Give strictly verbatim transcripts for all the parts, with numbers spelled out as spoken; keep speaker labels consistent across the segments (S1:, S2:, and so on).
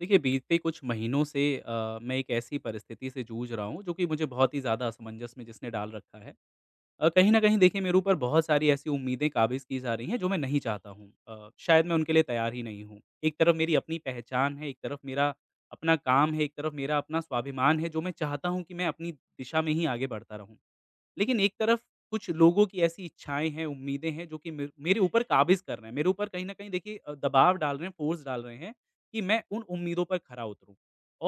S1: देखिए, बीते कुछ महीनों से अ, मैं एक ऐसी परिस्थिति से जूझ रहा हूँ, जो कि मुझे बहुत ही ज़्यादा असमंजस में जिसने डाल रखा है। अ, कहीं न कहीं देखिए, मेरे ऊपर बहुत सारी ऐसी उम्मीदें काबिज़ की जा रही हैं, जो मैं नहीं चाहता हूँ। अ, शायद मैं उनके लिए तैयार ही नहीं हूँ। एक तरफ मेरी अपनी पहचान है, एक तरफ मेरा अपना काम है, एक तरफ मेरा अपना स्वाभिमान है, जो मैं चाहता हूँ कि मैं अपनी दिशा में ही आगे बढ़ता रहूँ। लेकिन एक तरफ कुछ लोगों की ऐसी इच्छाएँ हैं, उम्मीदें हैं जो कि मेर मेरे ऊपर काबिज़ कर रहे हैं। मेरे ऊपर कहीं न कहीं देखिए अ, दबाव डाल रहे हैं, फ़ोर्स डाल रहे हैं कि मैं उन उम्मीदों पर खरा उतरूँ।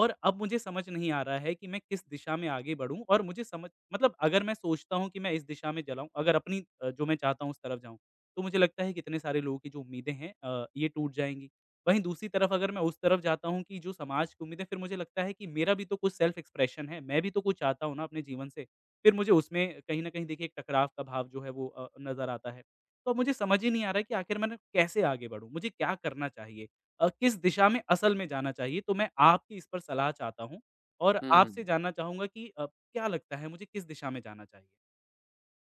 S1: और अब मुझे समझ नहीं आ रहा है कि मैं किस दिशा में आगे बढ़ूँ, और मुझे समझ, मतलब अगर मैं सोचता हूँ कि मैं इस दिशा में जलाऊँ, अगर अपनी अ, जो मैं चाहता हूँ उस तरफ जाऊँ, तो मुझे लगता है कि इतने सारे लोगों की जो उम्मीदें हैं अ, ये टूट जाएँगी। वहीं दूसरी तरफ अगर मैं उस तरफ जाता हूँ कि जो समाज की उम्मीदें, फिर मुझे लगता है कि मेरा भी तो कुछ सेल्फ़ एक्सप्रेशन है, मैं भी तो कुछ चाहता हूँ ना अपने जीवन से। फिर मुझे उसमें कहीं न कहीं देखिए, एक टकराव का भाव जो है वो अ, नज़र आता है। तो अब मुझे समझ ही नहीं आ रहा है कि आखिर मैं ना कैसे आगे बढ़ूँ? मुझे क्या करना चाहिए? अ, किस दिशा में असल में जाना चाहिए? तो मैं आपकी इस पर सलाह चाहता हूँ, और आपसे
S2: हुँ।
S1: जानना चाहूँगा कि अ, क्या लगता है मुझे किस दिशा में जाना चाहिए?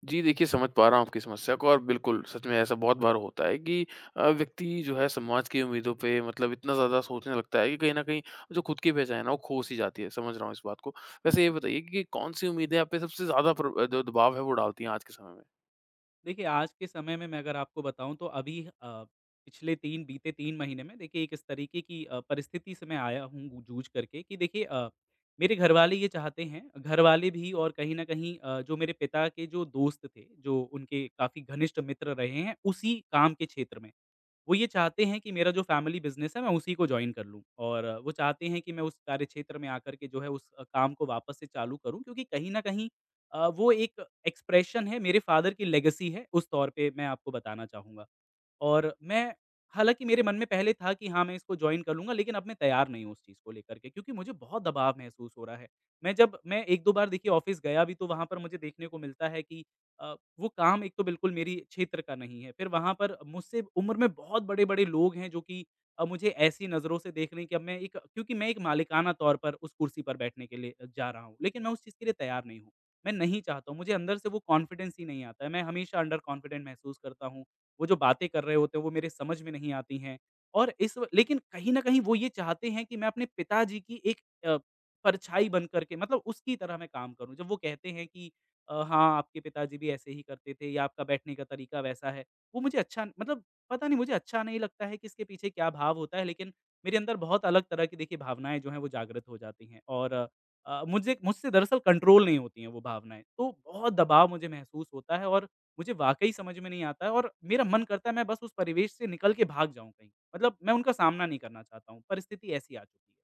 S2: जी, देखिए समझ पा रहा हूँ आपकी समस्या को और बिल्कुल सच में ऐसा बहुत बार होता है कि अ, व्यक्ति जो है समाज की उम्मीदों पे मतलब इतना ज़्यादा सोचने लगता है कि कहीं न कहीं जो खुद की पहचान है ना, वो खो-सी जाती है। समझ रहा हूँ इस बात को। वैसे ये बताइए कि कौन-सी उम्मीदें आप पे सबसे ज़्यादा प्र अ, जो दबाव है वो डालती हैं आज के समय में?
S1: देखिए, आज के समय में मैं अगर आपको बताऊँ, तो अभी अ, पिछले तीन, बीते तीन महीने में देखिए, एक इस तरीके की अ, परिस्थिति से मैं आया हूँ, गू- जूझ करके कि देखिए, अ, मेरे घरवाले ये चाहते हैं, घरवाले भी, और कहीं न कहीं अ, जो मेरे पिता के जो दोस्त थे, जो उनके काफ़ी घनिष्ठ मित्र रहे हैं, उसी काम के क्षेत्र में। वो ये चाहते हैं कि मेरा जो फैमिली बिज़नेस है, मैं उसी को जॉइन कर लूँ, और वो चाहते हैं कि मैं उस कार्यक्षेत्र में आकर के जो है उस अ, काम को वापस से चालू करूँ, क्योंकि कहीं न कहीं अ, वो एक एक्सप्रेशन है, मेरे फ़ादर की लेगेसी है, उस तौर पे मैं आपको बताना चाहूँगा। और मैं हालाँकि मेरे मन में पहले था कि हाँ, मैं इसको जॉइन कर लूँगा, लेकिन अब मैं तैयार नहीं हूँ उस चीज़ को लेकर के, क्योंकि मुझे बहुत दबाव महसूस हो रहा है। मैं जब मैं एक-दो बार देखिए ऑफ़िस गया भी, तो वहाँ पर मुझे देखने को मिलता है कि अ, वो काम एक तो बिल्कुल मेरी क्षेत्र का नहीं है। फिर वहाँ पर मुझसे उम्र में बहुत बड़े-बड़े लोग हैं, जो कि अ, मुझे ऐसी नज़रों से देख रहे हैं कि अब मैं एक क्योंकि मैं एक मालिकाना तौर पर उस कुर्सी पर बैठने के लिए जा रहा हूँ, लेकिन मैं उस चीज़ के लिए तैयार नहीं हूँ। मैं नहीं चाहता हूँ, मुझे अंदर से वो कॉन्फिडेंस ही नहीं आता है। मैं हमेशा अंडर कॉन्फिडेंट महसूस करता हूँ। वो जो बातें कर रहे होते हैं वो मेरे समझ में नहीं आती हैं। और इस व लेकिन कहीं न कहीं वो ये चाहते हैं कि मैं अपने पिताजी की एक अ, परछाई बन कर के, मतलब उसकी तरह मैं काम करूँ। जब वो कहते हैं कि अ, हाँ, आपके पिताजी भी ऐसे ही करते थे, या आपका बैठने का तरीका वैसा है। वो मुझे अच्छा मतलब, पता नहीं मुझे अच्छा नहीं लगता है कि इसके पीछे क्या भाव होता है, लेकिन मेरे अंदर बहुत अलग तरह की देखिए भावनाएँ जो हैं, वो जागृत हो जाती हैं। और अ, मुझे, मुझसे दरअसल कंट्रोल नहीं होती हैं वो भावनाएँ। तो बहुत दबाव मुझे महसूस होता है, और मुझे वाक़ई समझ में नहीं आता है, और मेरा मन करता है मैं बस उस परिवेश से निकल के भाग जाऊँ कहीं। मतलब मैं उनका सामना नहीं करना चाहता हूँ, परिस्थिति ऐसी आ चुकी है।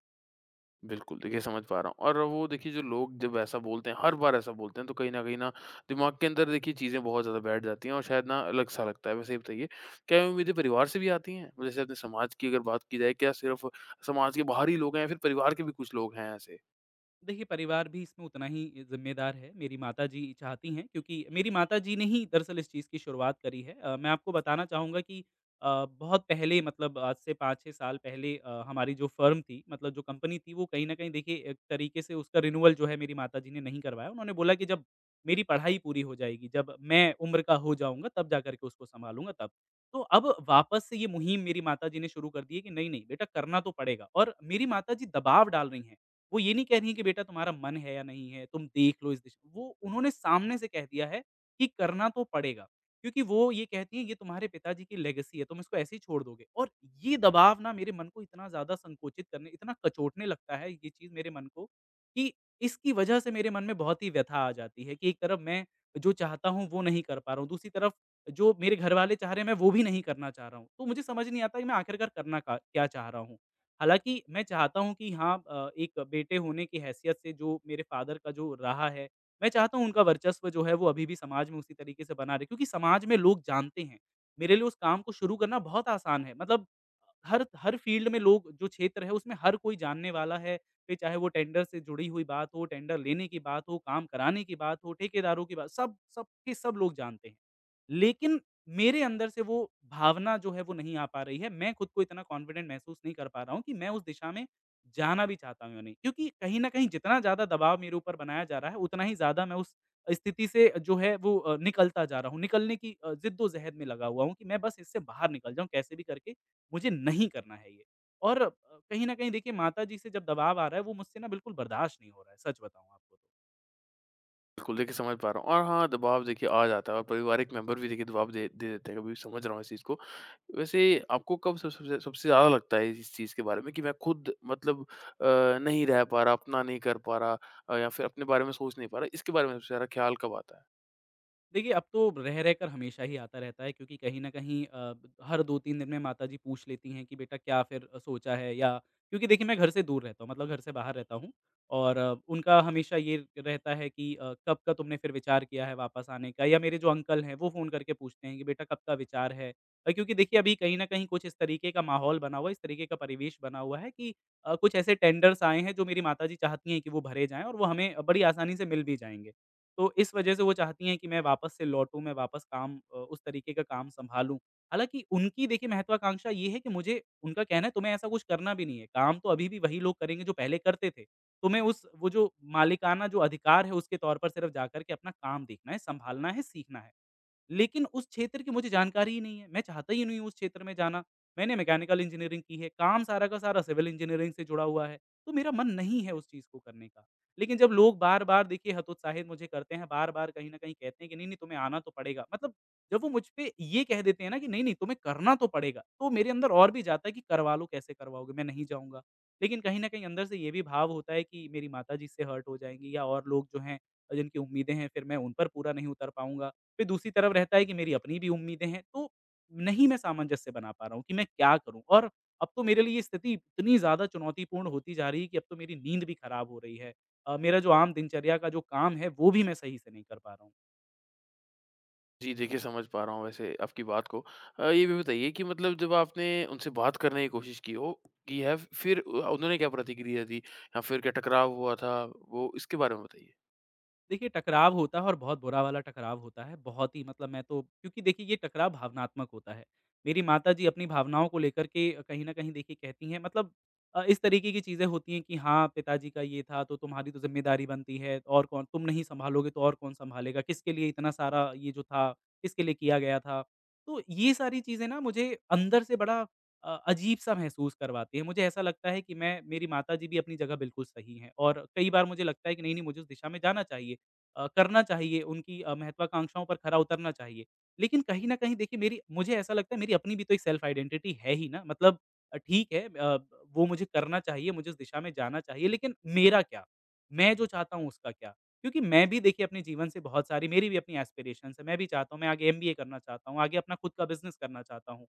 S2: बिल्कुल, देखिए समझ पा रहा हूँ और वो देखिए जो लोग जब ऐसा बोलते हैं, हर बार ऐसा बोलते हैं तो कहीं न कहीं ना दिमाग के अंदर देखिए चीज़ें बहुत ज़्यादा बैठ जाती हैं और शायद ना अलग-सा लगता है। वैसे ये बताइए, क्या ये उम्मीदें परिवार से भी आती हैं? जैसे अपने समाज की अगर बात की जाए, क्या सिर्फ़ समाज के बाहर ही लोग हैं या फिर परिवार के भी कुछ लोग हैं ऐसे?
S1: देखिए, परिवार भी इसमें उतना ही ज़िम्मेदार है। मेरी माताजी चाहती हैं, क्योंकि मेरी माताजी ने ही दरअसल इस चीज़ की शुरुआत करी है। अ, मैं आपको बताना चाहूँगा कि अ, बहुत पहले, मतलब आज से पाँच-छह साल पहले, अ, हमारी जो फ़र्म थी, मतलब जो कंपनी थी, वो कहीं न कहीं देखिए एक तरीके से उसका रिन्यूअल जो है, मेरी माताजी ने नहीं करवाया। उन्होंने बोला कि जब मेरी पढ़ाई पूरी हो जाएगी, जब मैं उम्र का हो जाऊँगा, तब जा कर के उसको सँभालूँगा तब। तो अब वापस से ये मुहिम मेरी माताजी ने शुरू कर दी है कि नहीं-नहीं बेटा, करना तो पड़ेगा, और मेरी माताजी दबाव डाल रही हैं। वो ये नहीं कह रही हैं कि बेटा तुम्हारा मन है या नहीं है, तुम देख लो, इस दिश वो उन्होंने सामने से कह दिया है कि करना तो पड़ेगा। क्योंकि वो ये कहती हैं ये तुम्हारे पिताजी की लेगेसी है, तुम इसको ऐसे ही छोड़ दोगे, और ये दबाव ना मेरे मन को इतना ज़्यादा संकुचित करने, इतना कचोटने लगता है ये चीज़ मेरे मन को, कि इसकी वजह से मेरे मन में बहुत ही व्यथा आ जाती है कि एक तरफ मैं जो चाहता हूँ वो नहीं कर पा रहा हूँ, दूसरी तरफ जो मेरे घरवाले चाह रहे हैं, मैं वो भी नहीं करना चाह रहा हूँ। तो मुझे समझ नहीं आता कि मैं आखिरकार करना का क्या चाह रहा हूँ? हालाँकि मैं चाहता हूँ कि हाँ, अ, एक बेटे होने की हैसियत से जो मेरे फ़ादर का जो रहा है, मैं चाहता हूँ उनका वर्चस्व जो है वो अभी भी समाज में उसी तरीके से बना रहे, क्योंकि समाज में लोग जानते हैं। मेरे लिए उस काम को शुरू करना बहुत आसान है, मतलब हर हर फ़ील्ड में लोग, जो क्षेत्र है उसमें हर कोई जानने वाला है, फिर चाहे वो टेंडर से जुड़ी हुई बात हो, टेंडर लेने की बात हो, काम कराने की बात हो, ठेकेदारों की बात, सब सब के सब लोग जानते हैं। लेकिन मेरे अंदर से वो भावना जो है वो नहीं आ पा रही है। मैं खुद को इतना कॉन्फिडेंट महसूस नहीं कर पा रहा हूँ कि मैं उस दिशा में जाना भी चाहता हूँ या नहीं। क्योंकि कहीं न कहीं जितना ज़्यादा दबाव मेरे ऊपर बनाया जा रहा है, उतना ही ज़्यादा मैं उस स्थिति से जो है वो अ, निकलता जा रहा हूँ। निकलने की अ, ज़िद्दो-ज़हद में लगा हुआ हूँ कि मैं बस इससे बाहर निकल जाऊँ कैसे भी करके, मुझे नहीं करना है ये। और अ, कहीं न कहीं देखिए, माताजी से जब दबाव आ रहा है, वो मुझसे ना बिल्कुल बर्दाश्त नहीं हो रहा है, सच बताऊँ आपको तो।
S2: बिल्कुल, देखिए समझ पा रहा हूँ और हाँ, दबाव देखिए आ जाता है और पारिवारिक मेंबर भी देखिए दबाव दे दे देते हैं, कभी समझ रहा हूँ इस चीज़ को। वैसे आपको कब सब सबसे सबसे ज़्यादा लगता है इस चीज़ के बारे में कि मैं खुद मतलब अ, नहीं रह पा रहा, अपना नहीं कर पा रहा अ, या फिर अपने बारे में सोच नहीं पा रहा, इसके बारे में सबसे ज़्यादा ख़्याल कब आता है?
S1: देखिए, अब तो रह रहकर हमेशा ही आता रहता है, क्योंकि कहीं न कहीं अ, हर दो-तीन दिन में माताजी पूछ लेती हैं कि बेटा क्या फिर सोचा है, या, क्योंकि देखिए मैं घर से दूर रहता हूँ, मतलब घर से बाहर रहता हूँ, और अ, उनका हमेशा ये रहता है कि अ, कब का तुमने फिर विचार किया है वापस आने का, या मेरे जो अंकल हैं वो फ़ोन करके पूछते हैं कि बेटा कब का विचार है? अ, क्योंकि देखिए अभी कहीं न कहीं कुछ इस तरीके का माहौल बना हुआ है, इस तरीके का परिवेश बना हुआ है कि अ, कुछ ऐसे टेंडर्स आए हैं जो मेरी माताजी चाहती हैं कि वो भरे जाएँ, और वो हमें बड़ी आसानी से मिल भी जाएँगे। तो इस वजह से वो चाहती हैं कि मैं वापस से लौटूँ, मैं वापस काम, अ, उस तरीके का काम सँभालूँ। हालाँकि उनकी देखिए महत्वाकांक्षा ये है कि मुझे, उनका कहना है तुम्हें ऐसा कुछ करना भी नहीं है, काम तो अभी भी वही लोग करेंगे जो पहले करते थे। तुम्हें उस वो जो मालिकाना जो अधिकार है उसके तौर पर, सिर्फ़ जाकर के अपना काम देखना है, सँभालना है, सीखना है। लेकिन उस क्षेत्र की मुझे जानकारी ही नहीं है, मैं चाहता ही नहीं हूँ उस क्षेत्र में जाना। मैंने मैकेनिकल इंजीनियरिंग की है, काम सारा का सारा सिविल इंजीनियरिंग से जुड़ा हुआ है, तो मेरा मन नहीं है उस चीज़ को करने का। लेकिन जब लोग बार-बार देखिए हतोत्साहित मुझे करते हैं, बार-बार कहीं न कहीं कहते हैं कि नहीं-नहीं तुम्हें आना तो पड़ेगा। मतलब जब वो मुझ पे ये कह देते हैं ना कि नहीं-नहीं तुम्हें करना तो पड़ेगा, तो मेरे अंदर और भी जाता है कि करवा लो, कैसे करवाओगे, मैं नहीं जाऊँगा। लेकिन कहीं न कहीं अंदर से ये भी भाव होता है कि मेरी माताजी इससे हर्ट हो जाएँगी, या और लोग जो हैं, अ, जिनकी उम्मीदें हैं, फिर मैं उन पर पूरा नहीं उतर पाऊँगा। फिर दूसरी तरफ रहता है कि मेरी अपनी भी उम्मीदें हैं, तो नहीं मैं सामंजस्य बना पा रहा हूँ कि मैं क्या करूँ? और अब तो मेरे लिए स्थिति इतनी ज़्यादा चुनौतीपूर्ण होती जा रही है कि अब तो मेरी नींद भी खराब हो रही है। अ, मेरा जो आम दिनचर्या का जो काम है, वो भी मैं सही से नहीं कर पा रहा हूँ।
S2: जी, देखिए समझ पा रहा हूँ वैसे आपकी बात को। अ, ये भी बताइए कि मतलब जब आपने उनसे बात करने की कोशिश की हो की है, फिर अ, उन्होंने क्या प्रतिक्रिया दी या फिर क्या टकराव हुआ था? वो इसके बारे में बताइए।
S1: देखिए, टकराव होता है और बहुत बुरा वाला टकराव होता है। बहुत ही मतलब मैं तो क्योंकि देखिए ये टकराव भावनात्मक होता है। मेरी माताजी अपनी भावनाओं को लेकर के कहीं न कहीं देखिए कहती हैं मतलब अ, इस तरीके की चीज़ें होती हैं कि हाँ, पिताजी का ये था तो तुम्हारी तो ज़िम्मेदारी बनती है और कौन तुम नहीं सँभालोगे तो और कौन सँभालेगा? किसके लिए इतना सारा ये जो था, किसके लिए किया गया था? तो ये सारी चीज़ें ना मुझे अंदर से बड़ा अ, अजीब-सा महसूस करवाती हैं। मुझे ऐसा लगता है कि मैं मेरी माताजी भी अपनी जगह बिल्कुल सही हैं और कई बार मुझे लगता है कि नहीं, नहीं मुझे उस दिशा में जाना चाहिए। अ, करना चाहिए, उनकी अ, महत्वाकांक्षाओं पर खरा उतरना चाहिए। लेकिन कहीं न कहीं देखिए मेरी मुझे ऐसा लगता है मेरी अपनी भी तो एक सेल्फ़ आइडेंटिटी है ही ना, मतलब अ, ठीक है अ, वो मुझे करना चाहिए, मुझे उस दिशा में जाना चाहिए, लेकिन मेरा क्या? मैं जो चाहता हूँ उसका क्या? क्योंकि मैं भी देखिए अपने जीवन से बहुत सारी मेरी भी अपनी एस्पिरेशंस हैं, मैं भी चाहता हूँ, मैं आगे एमबीए करना चाहता हूँ, आगे अपना खुद का बिज़नेस करना चाहता हूँ।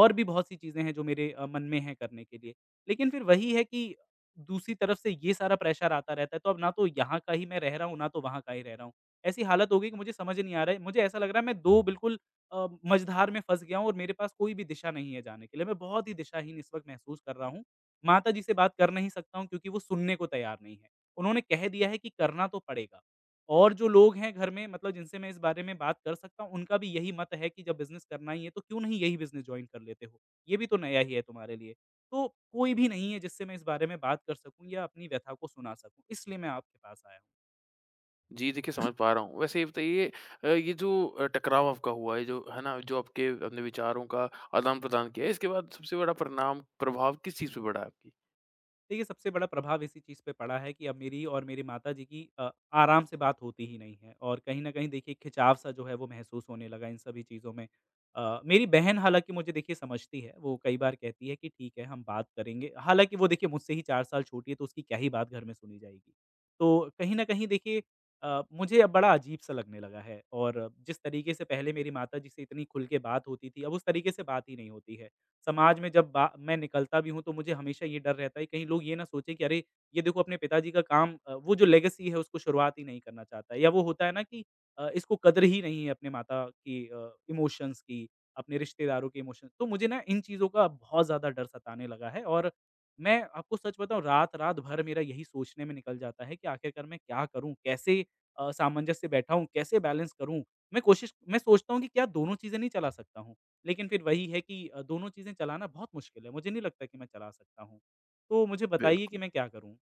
S1: और भी बहुत सी चीज़ें हैं जो मेरे अ, मन में हैं करने के लिए। लेकिन फिर वही है कि दूसरी तरफ से ये सारा प्रेशर आता रहता है, तो अब ना तो यहाँ का ही मैं रह रहा हूँ, ना तो वहाँ का ही रह रहा हूँ। ऐसी हालत हो गई कि मुझे समझ नहीं आ रहा है मुझे ऐसा लग रहा है मैं दो बिल्कुल अ, मझधार में फँस गया हूँ और मेरे पास कोई भी दिशा नहीं है जाने के लिए। मैं बहुत ही दिशाहीन इस वक़्त महसूस कर रहा हूँ। माताजी से बात कर नहीं सकता हूँ क्योंकि वो सुनने को तैयार नहीं है। उन्होंने कह दिया है कि करना तो पड़ेगा और जो लोग हैं घर में मतलब जिनसे मैं इस बारे में बात कर सकता हूँ, उनका भी यही मत है कि जब बिज़नेस करना ही है, तो क्यों नहीं यही बिज़नेस जॉइन कर लेते हो? ये भी तो नया ही है तुम्हारे लिए। तो कोई भी नहीं है जिससे मैं इस बारे में बात कर सकूँ या अपनी व्यथा को सुना सकूँ, इसलिए मैं आपके पास आया।
S2: जी, देखिए समझ पा रहा हूँ। वैसे ये बताइए अ, ये जो अ, टकराव आपका हुआ है, जो है ना, जो आपके अपने विचारों का आदान-प्रदान किया है, इसके बाद सबसे बड़ा परिणाम प्रभाव किस चीज़ पे पड़ा है आपकी?
S1: देखिए, सबसे बड़ा प्रभाव इसी चीज़ पे पड़ा है कि अब मेरी और मेरे माताजी की अ, आराम से बात होती ही नहीं है और कहीं न कहीं देखिए खिंचाव-सा जो है वो महसूस होने लगा इन सभी चीज़ों में। अ, मेरी बहन हालाँकि मुझे देखिए समझती है, वो कई बार कहती है कि ठीक है हम बात करेंगे। हालाँकि वो देखिए मुझसे ही चार साल छोटी है तो उसकी क्या ही बात घर में सुनी जाएगी। तो कहीं न कहीं देखिए अ, मुझे अब बड़ा अजीब-सा लगने लगा है और जिस तरीके से पहले मेरी माताजी से इतनी खुल के बात होती थी, अब उस तरीके से बात ही नहीं होती है। समाज में जब बा मैं निकलता भी हूँ तो मुझे हमेशा ये डर रहता है कहीं लोग ये ना सोचें कि अरे! ये देखो अपने पिताजी का काम अ, वो जो लेगेसी है उसको शुरुआत ही नहीं करना चाहता है या वो होता है ना कि अ, इसको कदर ही नहीं है अपने माता की अ, इमोशंस की, अपने रिश्तेदारों के इमोशंस तो मुझे ना इन चीज़ों का बहुत ज़्यादा डर सताने लगा है और मैं आपको सच बताऊँ रात-रात भर मेरा यही सोचने में निकल जाता है कि आखिरकार मैं क्या करूँ? कैसे अ, सामंजस्य बैठाऊँ? कैसे बैलेंस करूँ? मैं कोशिश मैं सोचता हूँ कि क्या दोनों चीज़ें नहीं चला सकता हूँ? लेकिन फिर वही है कि अ, दोनों चीज़ें चलाना बहुत मुश्किल है, मुझे नहीं लगता कि मैं चला सकता हूँ। तो मुझे बताइए कि
S2: बिल्कुल।
S1: मैं क्या करूँ?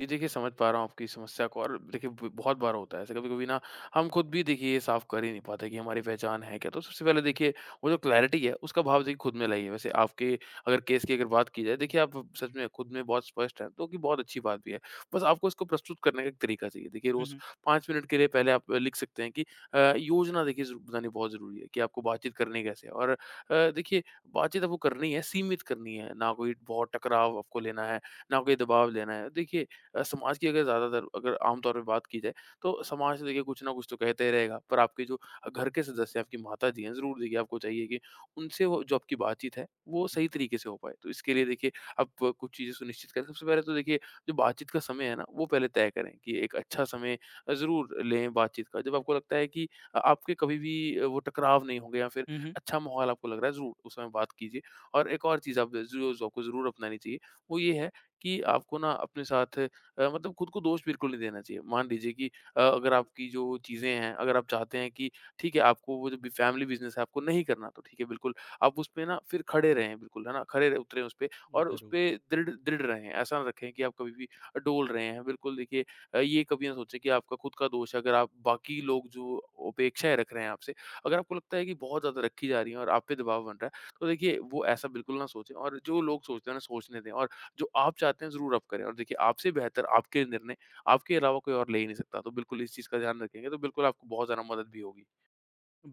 S2: जी, देखिए समझ पा रहा हूँ आपकी समस्या को और देखिए ब बहुत बार होता है ऐसे कभी-कभी ना हम खुद भी देखिए ये साफ़ कर ही नहीं पाते कि हमारी पहचान है क्या? तो सबसे पहले देखिए वो जो क्लैरिटी है उसका भाव देखिए खुद में लाइए। वैसे आपके अगर केस की अगर बात की जाए देखिए आप सच में खुद में बहुत स्पष्ट हैं तो कि बहुत अच्छी बात भी है। बस आपको इसको प्रस्तुत करने का एक तरीका चाहिए। देखिए
S1: हुँ,
S2: रोज़
S1: हुँ।
S2: पाँच मिनट के लिए पहले आप लिख सकते हैं कि अ, योजना देखिए ज़रू बनानी बहुत ज़रूरी है कि आपको बातचीत करनी कैसे है? और अ, देखिए बातचीत आपको करनी है, सीमित करनी है, ना कोई बहुत टकराव आपको लेना है, ना कोई दबाव लेना है। देखिए अ, समाज की अगर ज़्यादातर अगर आम तौर पे बात की जाए तो समाज तो देखिए कुछ ना कुछ तो कहते ही रहेगा। पर आपके जो घर के सदस्य हैं, आपकी माताजी हैं, ज़रूर देखिए आपको चाहिए कि उनसे वो जो आपकी बातचीत है, वो सही
S1: जी।
S2: तरीके से हो पाए। तो इसके लिए देखिए आप कुछ चीज़ें सुनिश्चित करें। सबसे पहले तो देखिए जो बातचीत का समय है ना, वो पहले तय करें कि एक अच्छा समय ज़रूर लें बातचीत का। जब आपको लगता है कि अ, आपके कभी भी वो टकराव नहीं होंगे या फिर
S1: हुँ, हुँ।
S2: अच्छा माहौल आपको लग रहा है, ज़रूर उस समय बात कीजिए। और एक और चीज़ आप ज़रूर जो आपको ज़रूर अपनानी चाहिए, वो ये है कि आपको ना अपने साथ अ, मतलब खुद को दोष बिल्कुल नहीं देना चाहिए। मान लीजिए कि अ, अगर आपकी जो चीज़ें हैं, अगर आप चाहते हैं कि ठीक है, आपको वो जो बि फैमिली बिज़नेस है, आपको नहीं करना तो ठीक है, बिल्कुल आप उसपे ना फिर खड़े रहें बिल्कुल, है ना? खड़े र उतरें उसपे और
S1: ज़रूर,
S2: उसपे दृढ़ दृढ़ रहें। ऐसा ना रखें कि आप कभी भी डोल रहे हैं। बिल्कुल देखिए अ, ये कभी ना सोचें कि आपका खुद का दोष है। अगर आप बाकी लोग जो अपेक्षाएँ रख रहे हैं आपसे, अगर आपको लगता है कि बहुत ज़्यादा रखी जा रही हैं और आप पे दबाव बन रहा है, तो देखिए वो ऐसा बिल्कुल ना सोचें और जो लोग सोचते हैं ना, सोचने दें और जो आप चाहते हैं ज़रूर आप करें और देखिए आपसे बेहतर आपके निर्णय आपके अलावा कोई और ले ही नहीं सकता। तो बिल्कुल इस चीज़ का ध्यान रखेंगे तो बिल्कुल आपको बहुत ज़्यादा मदद भी होगी।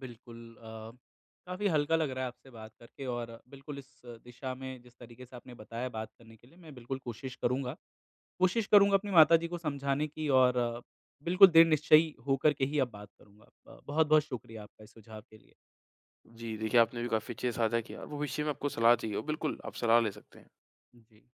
S1: बिल्कुल अ, काफ़ी हल्का लग रहा है आपसे बात करके और बिल्कुल इस दिशा में जिस तरीके से आपने बताया बात करने के लिए मैं बिल्कुल कोशिश करूँगा। कोशिश करूँगा अपनी माताजी को समझाने की और बिल्कुल दृढ़ निश्चयी होकर के ही अब बात करूँगा। अ, बहुत-बहुत शुक्रिया आपका इस सुझाव के लिए।
S2: जी, देखिए आपने भी काफ़ी अच्छे से साझा किया और भविष्य में आपको सलाह चाहिए हो बिल्कुल आप सलाह ले सकते हैं।
S1: जी।